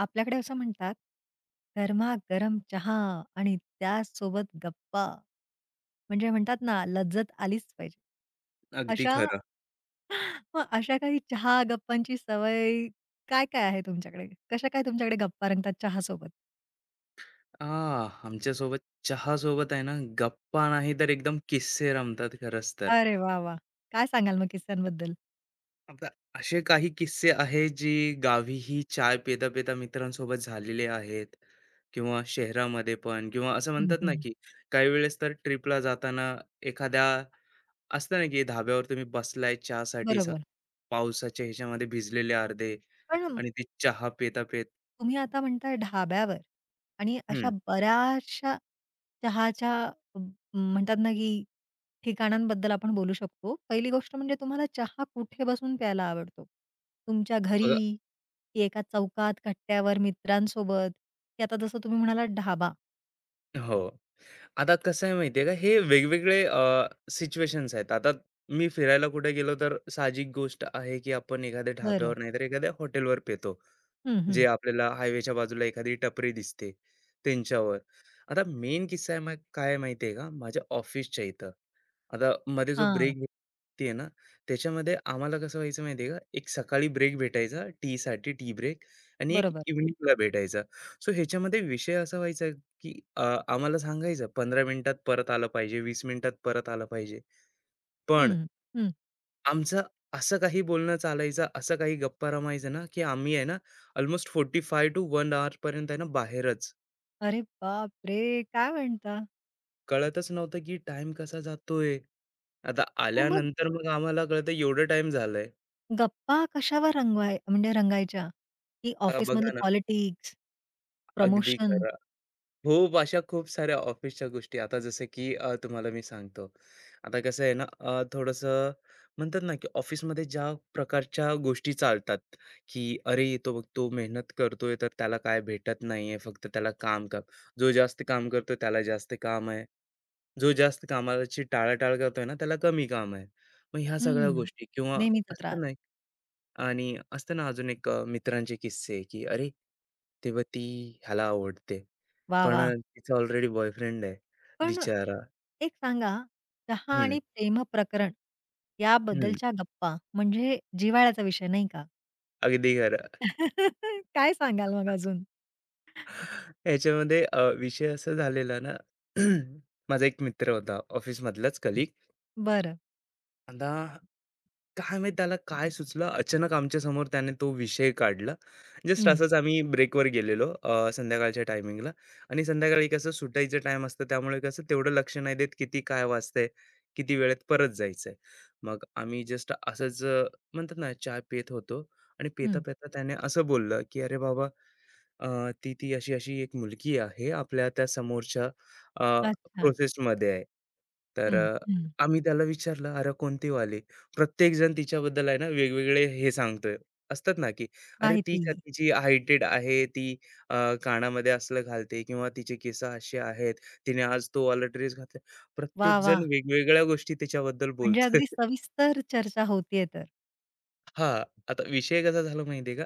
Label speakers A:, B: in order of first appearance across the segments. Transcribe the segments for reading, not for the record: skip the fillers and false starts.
A: आपल्याकडे असं म्हणतात, गरमागरम चहा आणि त्यासोबत गप्पा. म्हणजे म्हणतात ना, लज्जत आलीच पाहिजे.
B: अगदी
A: अशा
B: खरं.
A: मग अशा काही चहा गप्पांची सवय काय-काय आहे तुमच्याकडे? कशा काय तुमच्याकडे गप्पा रंगतात चहा सोबत?
B: आह! आमच्यासोबत चहासोबत आहे ना, गप्पा नाही तर एकदम किस्से रमतात खरंच तर.
A: अरे वाह! वाह! काय सांगाल मग किस्स्यांबद्दल?
B: आता असे काही किस्से आहेत जे गावीही चाय पिता-पिता मित्रांसोबत झालेले आहेत किंवा शहरामध्ये पण किंवा असं
A: हं,
B: म्हणतात ना,
A: हं.
B: की काही वेळेस तर ट्रिपला जाताना एखाद्या असतं ना, की धाब्यावर तुम्ही बसलाय चहासाठी सा
A: बरोबर.
B: पावसाच्या ह्याच्यामध्ये भिजलेले अर्धे
A: पण
B: आणि ते चहा पिता-पित
A: तुम्ही आता म्हणताय ढाब्यावर आणि अशा
B: हं,
A: बऱ्याचशा चहाच्या अ, म्हणतात ना, की ठिकाणांबद्दल आपण बोलू शकतो. पहिली गोष्ट म्हणजे तुम्हाला चहा कुठे बसून प्यायला आवडतो? तुमच्या
B: बघा
A: घरी, की एका चौकात, कट्ट्यावर, मित्रांसोबत, की आता जसं तुम्ही म्हणालात ढाबा?
B: हो. आता कसं आहे माहितीये का, हे वेगवेगळे सिच्युएशन्स आहेत. आता मी फिरायला कुठे गेलो, तर साहजिक गोष्ट आहे, की आपण एखाद्या
A: बरं.
B: ढाब्यावर नाहीतर एखाद्या हॉटेलवर पेतो,
A: हं,
B: जे
A: हं.
B: आपल्याला हायवेच्या बाजूला एखादी टपरी दिसते त्यांच्यावर. आता मेन किस्सा आहे मग काय माहिती का, माझ्या ऑफिसच्या इथं. आता मध्ये जो
A: हां,
B: ब्रेक भेटते ना, त्याच्यामध्ये आम्हाला कसं व्हायचं माहिती आहे का, एक सकाळी ब्रेक भेटायचा टीसाठी टी ब्रेक आणि एक
A: बरोबर.
B: इव्हनिंगला भेटायचा. सो ह्याच्यामध्ये विषय असा व्हायचा की आम्हाला सांगायचं 15 मिनिटात परत आलं पाहिजे, 20 मिनिटात परत आलं पाहिजे. पण
A: हं, हं.
B: आमचं असं काही बोलणं चालायचं, असं काही गप्पा रमायचं ना, की आम्ही आहे ना अल्मोस्ट 45 टू 1 अवर पर्यंत आहे ना बाहेरच.
A: अरे बापरे! काय म्हणता?
B: कळतच नव्हतं की टाईम कसा जातोय. आता
A: पण मग
B: आल्यानंतर मग आम्हाला कळतं एवढं टाईम झालंय.
A: गप्पा कशावर रंगवाय म्हणजे रंगायच्या? की ऑफिसमधलं
B: बघा ना,
A: पॉलिटिक्स,
B: अगदी
A: प्रमोशन?
B: खरं. खूप अशा खूप साऱ्या ऑफिसच्या गोष्टी आता जसं की तुम्हाला मी सांगतो. आता कसं आहे ना, थोडंसं म्हणतात ना, की ऑफिसमध्ये ज्या प्रकारच्या गोष्टी चालतात, की "अरे, तो बघ, तो मेहनत करतोय, तर त्याला काय भेटत नाहीये, फक्त त्याला काम काम. जो जास्त काम करतो त्याला जास्त काम आहे." जो जास्त कामाची टाळाटाळ करतोय ना, त्याला कमी काम आहे. मग ह्या सगळ्या
A: हं.
B: गोष्टी किंवा
A: नेहमीचा
B: असतं
A: त्रास.
B: ना, आणि असतं ना अजून एक मित्रांचे किस्से, की "अरे, तेव्हा ती ह्याला आवडते,
A: वाह!
B: पण
A: वाह!
B: तिचा ऑलरेडी बॉयफ्रेंड आहे
A: पण
B: बिचारा."
A: एक सांगा, चहा
B: हं,
A: आणि प्रेम प्रकरण
B: हं.
A: याबद्दलच्या गप्पा म्हणजे जिव्हाळ्याचा विषय नाही का?
B: अगदी खरं.
A: काय सांगाल मग अजून?
B: ह्याच्यामध्ये विषय असा झालेला ना, माझा एक मित्र होता ऑफिसमधलाच कलीग.
A: बरं.
B: आता काय माहित त्याला काय सुचलं अचानक आमच्या समोर त्याने तो विषय काढला जस्ट
A: हं,
B: असंच आम्ही ब्रेकवर गेलेलो संध्याकाळच्या टायमिंगला आणि संध्याकाळी कसं सुटायचं टाइम असतं त्यामुळे कसं तेवढं लक्ष नाही देत किती काय वाजतंय किती वेळेत परत जायचंय मग आम्ही जस्ट असंच म्हणतात ना चहा पित होतो आणि पिता
A: हं.
B: पिता त्याने असं बोललं की अरे बाबा ती ती अशी-अशी एक मुलगी आहे आपल्या त्या समोरच्या अ,
A: अच्छा.
B: प्रोसेसमध्ये आहे. तर
A: हं, हं.
B: आम्ही त्याला विचारलं, "अरे कोणती वाली?" प्रत्येकजण तिच्याबद्दल आहे ना वेगवेगळे हे सांगतोय. असतात ना, की "अरे ती
A: माहिती.
B: का तिची हायटेड आहे, ती कानामध्ये असलं घालते किंवा तिचे केस असे आहेत, तिने आज तो वाला ड्रेस घातला."
A: वाह!
B: प्रत्येकजण
A: वाह!
B: वेगवेगळ्या गोष्टी तिच्याबद्दल
A: म्हणजे
B: बोलतोय.
A: अगदी सविस्तर चर्चा होतीये तर.
B: हां, आता विषय कसा झाला माहिती का?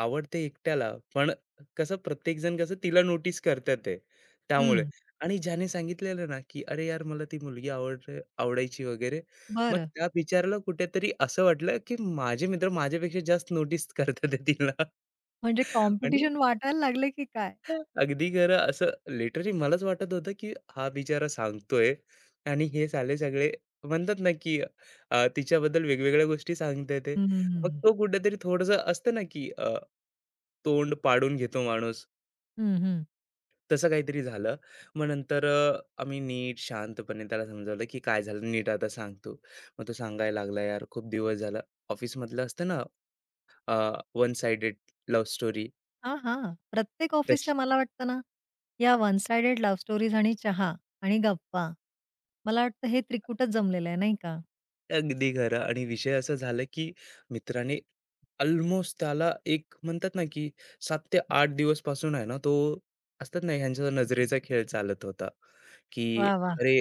B: आवडते एकट्याला, पण कसं प्रत्येकजण कसं तिला नोटीस करतात ते, त्यामुळे.
A: हं.
B: आणि ज्याने सांगितलेलं ना, की "अरे यार, मला ती मुलगी आवडायची वगैरे." मग
A: बरं.
B: त्या बिचाराला कुठेतरी असं वाटलं, की माझे मित्र माझ्यापेक्षा जास्त नोटीस करतात आहे तिला
A: म्हणजे
B: आणि
A: कॉम्पिटिशन वाटायला लागले की काय?
B: अगदी खरं. असं लिटरली मलाच वाटत होतं, की हा बिचारा सांगतोय आणि हे साले सगळे म्हणतात ना, की तिच्याबद्दल वेगवेगळ्या गोष्टी सांगते ते.
A: हं,
B: मग
A: हं.
B: तो कुठेतरी थोडंसं असतं ना, की तोंड पाडून घेतो माणूस,
A: हं,
B: तसं काहीतरी झालं. मग नंतर आम्ही नीट शांतपणे त्याला समजावलं, की काय झालं नीट आता सांग मग तो सांगायला लागला, "यार खूप दिवस झालं." ऑफिसमधलं असतं ना, वन साइडेड लव्ह स्टोरी
A: हां, हां. प्रत्येक ऑफिसच्या मला वाटतं ना, या वन साइडेड लव्ह स्टोरीज आणि चहा आणि गप्पा. मला वाटतं हे त्रिकुटच जमलेलं आहे नाही का?
B: अगदी खरं आणि विषय असं झालं की मित्राने ऑलमोस्ट त्याला एक म्हणतात ना की 7 ते 8 दिवस पासून आहे ना तो असतात ना ह्यांच्या नजरेचा खेळ चालत होता की
A: वाह, वाह!
B: अरे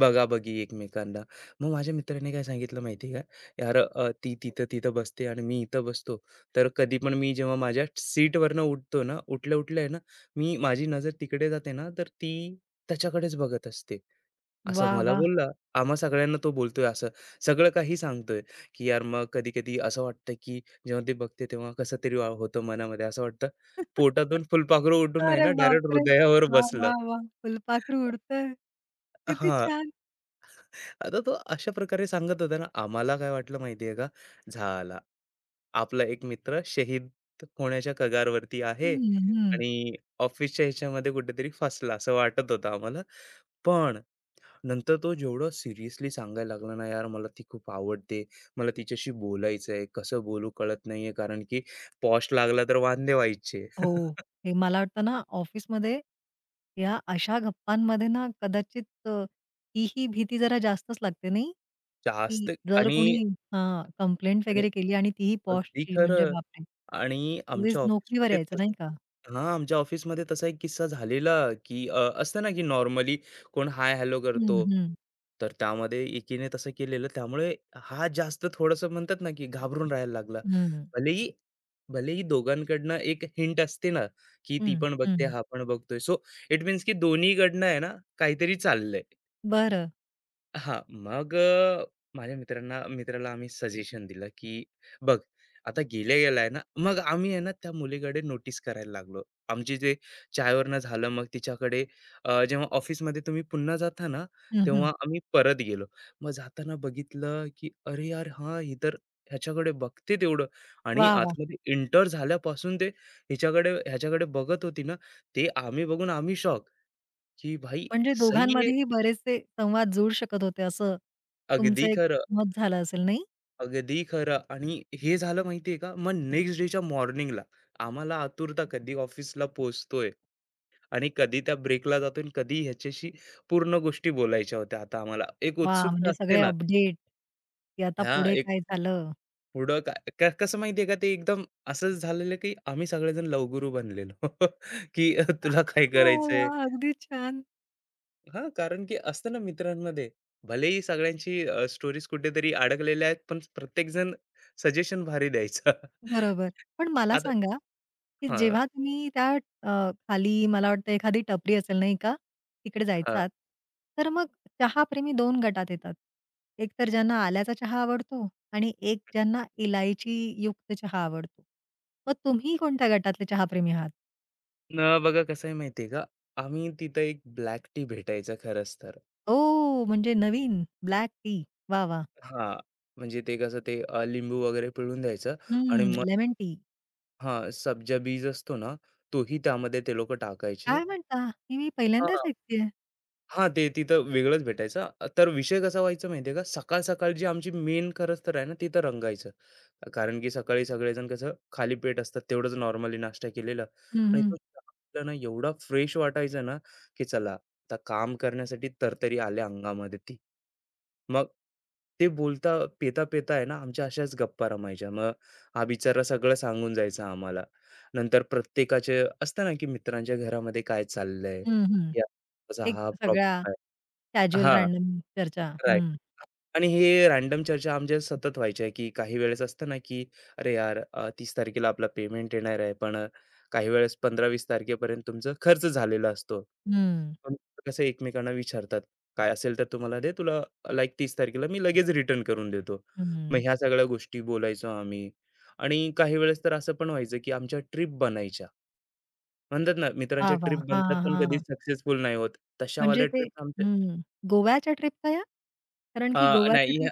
B: बघाबघी एकमेकांना. मग माझ्या मित्राने काय सांगितलं माहिती आहे का? "यार ती तिथं तिथं बसते आणि मी इथं बसतो. तर कधी पण मी जेव्हा माझ्या सीटवरनं उठतो ना, उठल्या-उठल्या आहे ना, मी माझी नजर तिकडे जाते ना, तर ती त्याच्याकडेच बघत असते. असं
A: वाह,
B: मला
A: वाह!
B: बोलला. आम्हा सगळ्यांना तो बोलतोय असं. सगळं काही सांगतोय, की यार मग कधी-कधी असं वाटतं, की जेव्हा ते बघते तेव्हा कसं तरी होतं मनामध्ये असं वाटतं, पोटातून फुलपाखरू उठून आहे
A: अरे
B: ना डायरेक्ट
A: बापरे!
B: हृदयावर
A: वाह,
B: बसलं.
A: वाह, वाह! फुलपाखरू उडतंय. किती
B: हां.
A: छान.
B: आता तो अशा प्रकारे सांगत होता ना, आम्हाला काय वाटलं माहिती आहे का? झाला. आपला एक मित्र शहीद होण्याच्या कगारवरती आहे
A: हं, हं.
B: आणि ऑफिसच्या ह्याच्यामध्ये कुठेतरी फसला असं वाटत होतं आम्हाला. पण नंतर तो जेवढं सिरियसली सांगायला लागला ना, "यार मला ती खूप आवडते. मला तिच्याशी बोलायचं आहे. कसं बोलू कळत नाहीये." कारण की पॉश लागला तर वांदे व्हायचे.
A: हो. हे मला वाटतं ना ऑफिसमध्ये या अशा गप्पांमध्ये ना कदाचित ही भीती जरा जास्तच लागते नाही?
B: जास्त
A: की जर
B: आणि
A: कोणी हां, कंप्लेंट
B: आणि
A: वगैरे केली आणि तीही
B: अगदी
A: बॉसची म्हणजे
B: खरं.
A: बापरे!
B: आणि
A: अगदीच
B: आमच्या
A: नोकरीवर
B: ऑफिसमध्ये
A: यायचं
B: तस
A: नाही का?
B: हां, आमच्या ऑफिसमध्ये तसा एक किस्सा झालेला, की असतं ना, की नॉर्मली कोण हाय हॅलो
A: हं,
B: करतो.
A: हं,
B: तर त्यामध्ये एकीने तसं केलेलं. त्यामुळे हा जास्त थोडंसं म्हणतात ना, की घाबरून राहायला लागला.
A: हं,
B: भलेही भलेही दोघांकडनं एक हिंट असते ना, की ती
A: हं,
B: पण बघते,
A: हं.
B: हा पण बघतोय. सो इट मीन्स की दोन्हीकडनं आहे ना, काहीतरी चाललंय.
A: बरं.
B: हां, मग माझ्या मित्राला आम्ही सजेशन दिलं, की "बघ, आता गेल्या-गेल्या ना" मग आम्ही आहे ना त्या मुलीकडे नोटीस करायला लागलो. आमची जे चायवरनं झालं, मग तिच्याकडे जेव्हा ऑफिसमध्ये तुम्ही पुन्हा जाता ना,
A: हं, हं.
B: तेव्हा आम्ही परत गेलो. मग जाताना बघितलं, की "अरे यार, हां, ही तर ह्याच्याकडे बघते तेवढं" आणि
A: वाह! वाह!
B: आतमध्ये एंटर झाल्यापासून ते हिच्याकडे ह्याच्याकडे बघत होती ना, ते आम्ही बघून आम्ही शॉक, की "भाई,
A: म्हणजे
B: सही है,
A: दोघांमध्येही बरेचसे संवाद जुळू शकत होते असं
B: अगदी
A: तुमचं एक
B: खरं."
A: मत झालं असेल नाही?
B: अगदी खरं आणि हे झालं माहितीये का? मग नेक्स्ट डेच्या मॉर्निंगला आम्हाला आतुरता कधी ऑफिसला पोहोचतोय आणि कधी त्या ब्रेकला जातोय आणि कधी ह्याच्याशी पूर्ण गोष्टी बोलायच्या होत्या आता आम्हाला. एक
A: वाह!
B: उत्सुकता
A: म्हणजे
B: असते
A: सगळे
B: ना,
A: अपडेट, की आता
B: ह्या
A: पुढे
B: एक
A: काय झालं?
B: पुढं काय क कसं माहितीये का ते एकदम असंच झालेलं, की आम्ही सगळेजण लवगुरू बनलेलो, की तुला काय
A: वाह!
B: करायचंय?
A: वाह! अगदी छान.
B: हां, कारण की असतं ना मित्रांमध्ये, भलेही सगळ्यांची स्टोरीज कुठेतरी अडकलेल्या आहेत, पण प्रत्येकजण सजेशन भारी द्यायचा.
A: बरोबर. पण मला
B: आता
A: सांगा, की
B: हां,
A: जेव्हा तुम्ही त्या अ, खाली मला वाटतं एखादी टपरी असेल नाही का? तिकडे
B: हां.
A: जायचात. तर मग चहाप्रेमी 2 गटात येतात. एक तर ज्यांना आल्याचा चहा आवडतो आणि एक ज्यांना इलायची युक्त चहा आवडतो. मग तुम्ही कोणत्या गटातले चहाप्रेमी आहात?
B: न बघा कसं आहे माहिती का, आम्ही तिथं एक ब्लॅक टी भेटायचा खरंच तर.
A: ओह! म्हणजे नवीन ब्लॅक टी. वाह! वाह!
B: हां, म्हणजे ते कसं ते लिंबू वगैरे पिळून द्यायचं आणि
A: हं,
B: मग
A: लेमन टी.
B: हां, सब्जा बीज असतो ना, तोही त्यामध्ये ते लोकं टाकायचे.
A: काय म्हणता? हे मी पहिल्यांदाच
B: हां.
A: ऐकतेय.
B: हां, ते तिथं वेगळंच भेटायचं. तर विषय कसा व्हायचा माहिती का, सकाळ-सकाळ जी आमची मेन खरंच तर आहे ना, तिथं रंगायचं. कारण की सकाळी सगळेजण कसं खाली पेट असतात, तेवढंच नॉर्मली नाश्ता केलेला
A: हं,
B: आणि
A: हं.
B: तो चहा पिला ना, एवढा फ्रेश वाटायचा ना, की चला आता काम करण्यासाठी तरतरी आल्या अंगामध्ये ती. मग ते बोलता पेता-पेता आहे ना, आमच्या अशाच गप्पा रमायच्या. मग हा बिचारा सगळं सांगून जायचा आम्हाला. नंतर प्रत्येकाचे असतं ना, की मित्रांच्या घरामध्ये काय चाललंय,
A: हं, हं.
B: की असा
A: एक
B: हा
A: सगळ्या
B: आहे.
A: कॅज्युअल
B: हां,
A: रँडम चर्चा.
B: राइट.
A: हं,
B: आणि हे रँडम चर्चा आमच्या सतत व्हायच्या, की काही वेळेस असतं ना, की "अरे यार, 30 तारखेला आपला पेमेंट येणार आहे, पण काही वेळेस 15-20 तारखेपर्यंत तुमचा खर्च झालेला असतो."
A: हं,
B: पण कसं एकमेकांना विचारतात, "काय असेल तर तू मला दे, तुला लाइक 30 तारखेला मी लगेच रिटर्न करून देतो." मग
A: हं.
B: ह्या सगळ्या गोष्टी बोलायचो आम्ही. आणि काही वेळेस तर असं पण व्हायचं, की आमच्या ट्रिप बनायच्या. म्हणतात ना,
A: वाह!
B: मित्रांच्या ट्रिप
A: वाह!
B: बनतात,
A: हां,
B: पण
A: हां.
B: कधी सक्सेसफुल नाही होत.
A: म्हणजे
B: तशावाल्या
A: ते
B: ट्रिप आमच्या
A: हं. गोव्याच्या ट्रिपचा या? कारण की
B: अ,
A: गोव्याच्या
B: नाही
A: ट्रिप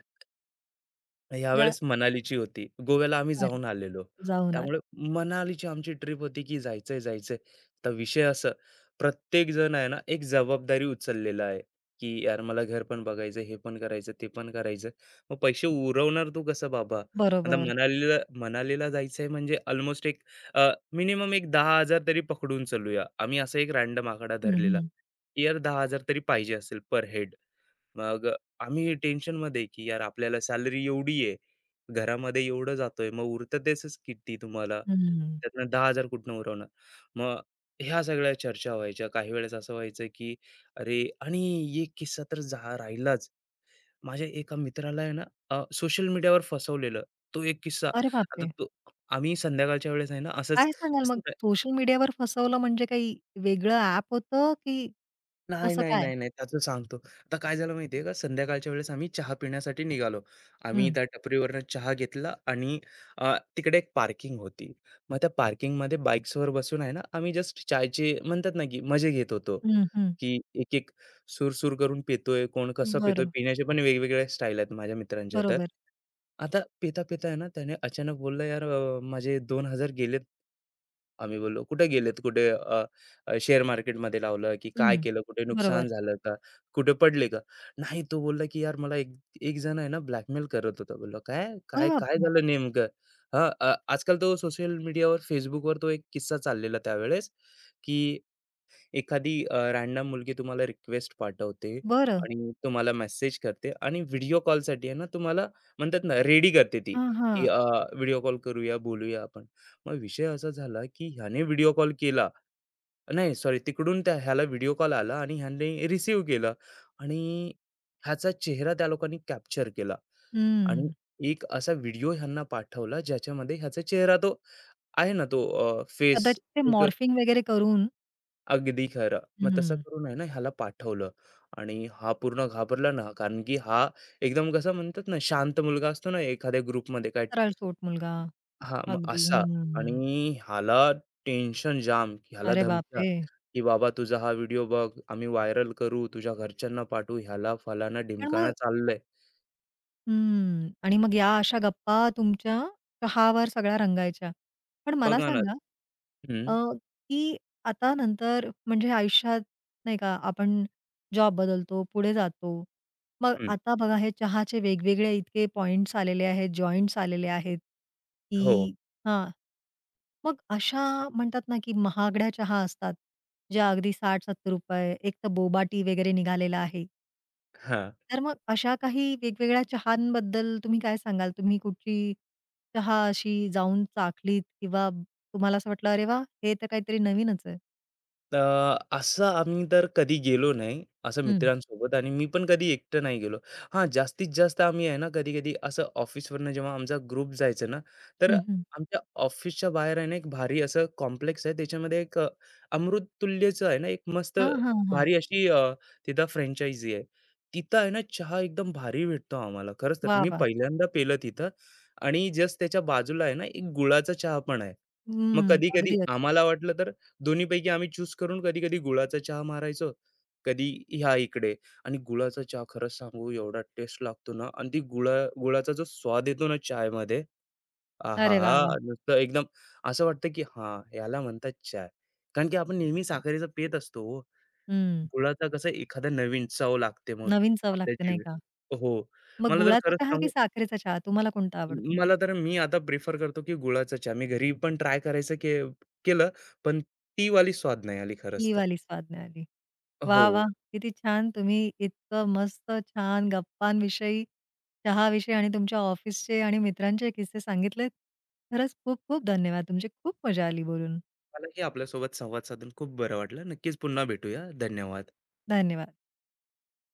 A: ज्या
B: यावेळेस मनालीची होती. गोव्याला आम्ही
A: अरे,
B: जाऊन आलेलो.
A: जाऊन आले.
B: त्यामुळे मनालीची आमची ट्रिप होती, की जायचंय, जायचंय. तर विषय असं, प्रत्येक जण आहे ना, एक जबाबदारी उचललेला आहे, की यार मला घर पण बघायचं, हे पण करायचं, ते पण करायचं. मग पैसे उरवणार तू कसं बाबा? आता
A: बरोबर.
B: मनालीला मनालीला जायचंय म्हणजे अल्मोस्ट एक मिनिमम एक 10,000 तरी पकडून चलूया. आम्ही असा एक रँडम आकडा
A: हं,
B: धरलेला,
A: हं.
B: की यार 10,000 तरी पाहिजे असेल पर हेड. मग आम्ही टेन्शनमध्ये की यार आपल्याला सॅलरी एवढी आहे, घरामध्ये एवढं जातोय, मग उरतं त्याचंच किती तुम्हाला?
A: हं.
B: त्यातनं 10,000 कुठनं उरवणार? मग ह्या सगळ्या चर्चा व्हायच्या. काही वेळेस असं व्हायचं की अरे आणि एक किस्सा तर जा राहिलाच. माझ्या एका मित्राला आहे ना सोशल मीडियावर फसवलेलं. तो एक किस्सा.
A: अरे
B: आता
A: बापरे!
B: तो आम्ही संध्याकाळच्या वेळेस आहे ना असंच
A: काय सांगाल मग सोशल मीडियावर फसवलं म्हणजे काही वेगळं ॲप होतं की
B: नाही,
A: कसं
B: नाही,
A: काय?
B: नाही, नाही. त्याचं सांगतो. आता काय झालं माहिती आहे का, संध्याकाळच्या वेळेस आम्ही चहा पिण्यासाठी निघालो. आम्ही
A: हं,
B: त्या टपरीवरनं चहा घेतला आणि तिकडे एक पार्किंग होती. मग त्या पार्किंगमध्ये बाईक्सवर बसून आहे ना, आम्ही जस्ट चायचे म्हणतात ना, की मजे घेत होतो.
A: हं, हं.
B: की एक-एक सूर-सूर करून पितोय, कोण कसं पितोय.
A: बरं.
B: पिण्याचे पण वेगवेगळ्या स्टाईल आहेत माझ्या मित्रांच्या तर.
A: बरोबर.
B: आता पिता-पिता आहे ना, त्याने अचानक बोलला, "यार माझे 2,000 गेलेत." आम्ही बोललो, "कुठे गेलेत? कुठे अ, अ, शेअर मार्केटमध्ये लावलं की काय
A: हं.
B: केलं? कुठे
A: बरोबर.
B: नुकसान झालं का? कुठे पडले का?" नाही तो बोलला, की "यार मला एक एक जण आहे ना ब्लॅकमेल करत होता." बोललो, "काय?
A: अरे
B: काय काय
A: बापरे!
B: झालं नेमकं?" हां, आजकाल तो सोशल मीडियावर, Facebookवर तो एक किस्सा चाललेला त्यावेळेस, की एखादी रँडम मुलगी तुम्हाला रिक्वेस्ट पाठवते
A: बरं.
B: आणि तुम्हाला मेसेज करते आणि व्हिडिओ कॉलसाठी आहे ना तुम्हाला म्हणतात ना रेडी करते ती,
A: हां,
B: की
A: हां.
B: व्हिडिओ कॉल करूया, बोलूया आपण. मग विषय असा झाला की ह्याने व्हिडिओ कॉल केला नाही सॉरी तिकडून त्या ह्याला व्हिडिओ कॉल आला आणि ह्याने रिसीव्ह केला आणि ह्याचा चेहरा त्या लोकांनी कॅप्चर केला आणि
A: हं.
B: एक असा व्हिडिओ ह्यांना पाठवला ज्याच्यामध्ये ह्याचा चेहरा तो आहे ना तो फेस
A: कदाचित ते मॉर्फिंग वगैरे करून
B: अगदी खरं. मग तसं
A: हं.
B: करून आहे ना ह्याला पाठवलं आणि हा पूर्ण घाबरला ना, कारण की हा एकदम कसं म्हणतात ना, शांत मुलगा असतो ना एखाद्या ग्रुपमध्ये काय
A: सरळसोट मुलगा.
B: हां, मग
A: अगदी.
B: असा आणि
A: हं.
B: ह्याला टेन्शन जाम, की ह्याला
A: अरे
B: धमक्या,
A: बापरे!
B: की "बाबा तुझा हा व्हिडिओ बघ, आम्ही व्हायरल करू, तुझ्या घरच्यांना पाठवू, ह्याला फलाना
A: पण
B: ढिमकाना
A: मग
B: चाललंय."
A: हं. आणि मग या अशा गप्पा तुमच्या चहावर सगळ्या रंगायच्या. पण मला
B: बघा ना.
A: सांगा अ,
B: हं,
A: की आता नंतर म्हणजे आयुष्यात नाही का आपण जॉब बदलतो, पुढे जातो. मग
B: हं.
A: आता बघा हे चहाचे वेगवेगळे इतके पॉइंट्स आलेले आहेत, जॉइंट्स आलेले आहेत,
B: हो.
A: की हां. मग अशा म्हणतात ना, की महागड्या चहा असतात, ज्या अगदी ₹60-70 एक तर बोबा टी वगैरे निघालेला आहे.
B: हां.
A: तर मग अशा काही वेगवेगळ्या चहांबद्दल तुम्ही काय सांगाल? तुम्ही कुठची चहा अशी जाऊन चाखलीत किंवा तुम्हाला असं वाटलं, "अरे वाह! हे तर काहीतरी नवीनच आहे."
B: अ, असं आम्ही तर कधी गेलो नाही, असं
A: हं.
B: मित्रांसोबत आणि मी पण कधी एकटं नाही गेलो. हां, जास्तीत जास्त आम्ही आहे ना, कधी-कधी असं ऑफिसवरनं जेव्हा आमचा ग्रुप जायचा ना, तर
A: हं, हं.
B: आमच्या ऑफिसच्या बाहेर आहे ना, एक भारी असं कॉम्प्लेक्स आहे. त्याच्यामध्ये एक अमृततुल्यचं आहे ना, एक मस्त
A: हां, हां, हां.
B: भारी अशी तिथं फ्रँचायझी आहे. तिथं आहे ना, चहा एकदम भारी भेटतो आम्हाला. खरंच तर
A: वाह,
B: मी
A: वाह!
B: पहिल्यांदा पेलं तिथं आणि जस्ट त्याच्या बाजूला आहे ना, एक गुळाचा चहा पण आहे. मग
A: हं.
B: कधी-कधी
A: अगदी.
B: आम्हाला वाटलं तर दोन्हीपैकी आम्ही चूज करून कधी-कधी गुळाचा चहा मारायचो, कधी ह्या इकडे आणि गुळाचा चहा खरंच सांगू एवढा टेस्ट लागतो ना आणि ती गुळाचा जो स्वाद येतो ना चायमध्ये,
A: अरे वाह,
B: आहाहा!
A: वाह!
B: नुसतं एकदम असं वाटतं की हां, याला म्हणतात चाय. कारण की आपण नेहमी साखरेचं पीत असतो हो.
A: हं.
B: गुळाचा कसं एखादा नवीन चव लागते मग
A: नवीन चव
B: आपल्या
A: लागते नाही
B: जीभेत
A: का?
B: हो.
A: मग
B: मला तर
A: गुळाचा
B: खरंच
A: चहा की
B: सांगू
A: साखरेचा चहा तुम्हाला कोणता आवडतो?
B: मला तर मी आता प्रिफर करतो की गुळाचा चहा. मी घरी पण ट्राय करायचं केलं, पण ती वाली स्वाद नाही आली खरंच
A: ही
B: तर.
A: वाली स्वाद मिळाली.
B: हो.
A: वाह, वाह! किती छान. तुम्ही इतकं मस्त छान गप्पांविषयी, चहाविषयी आणि तुमच्या ऑफिसचे आणि मित्रांचे किस्से सांगितलेत. खरंच खूप खूप धन्यवाद. तुमची खूप मजा आली बोलून.
B: मलाही आपल्यासोबत संवाद साधून खूप बरं वाटलं. नक्कीच पुन्हा भेटूया. धन्यवाद.
A: धन्यवाद.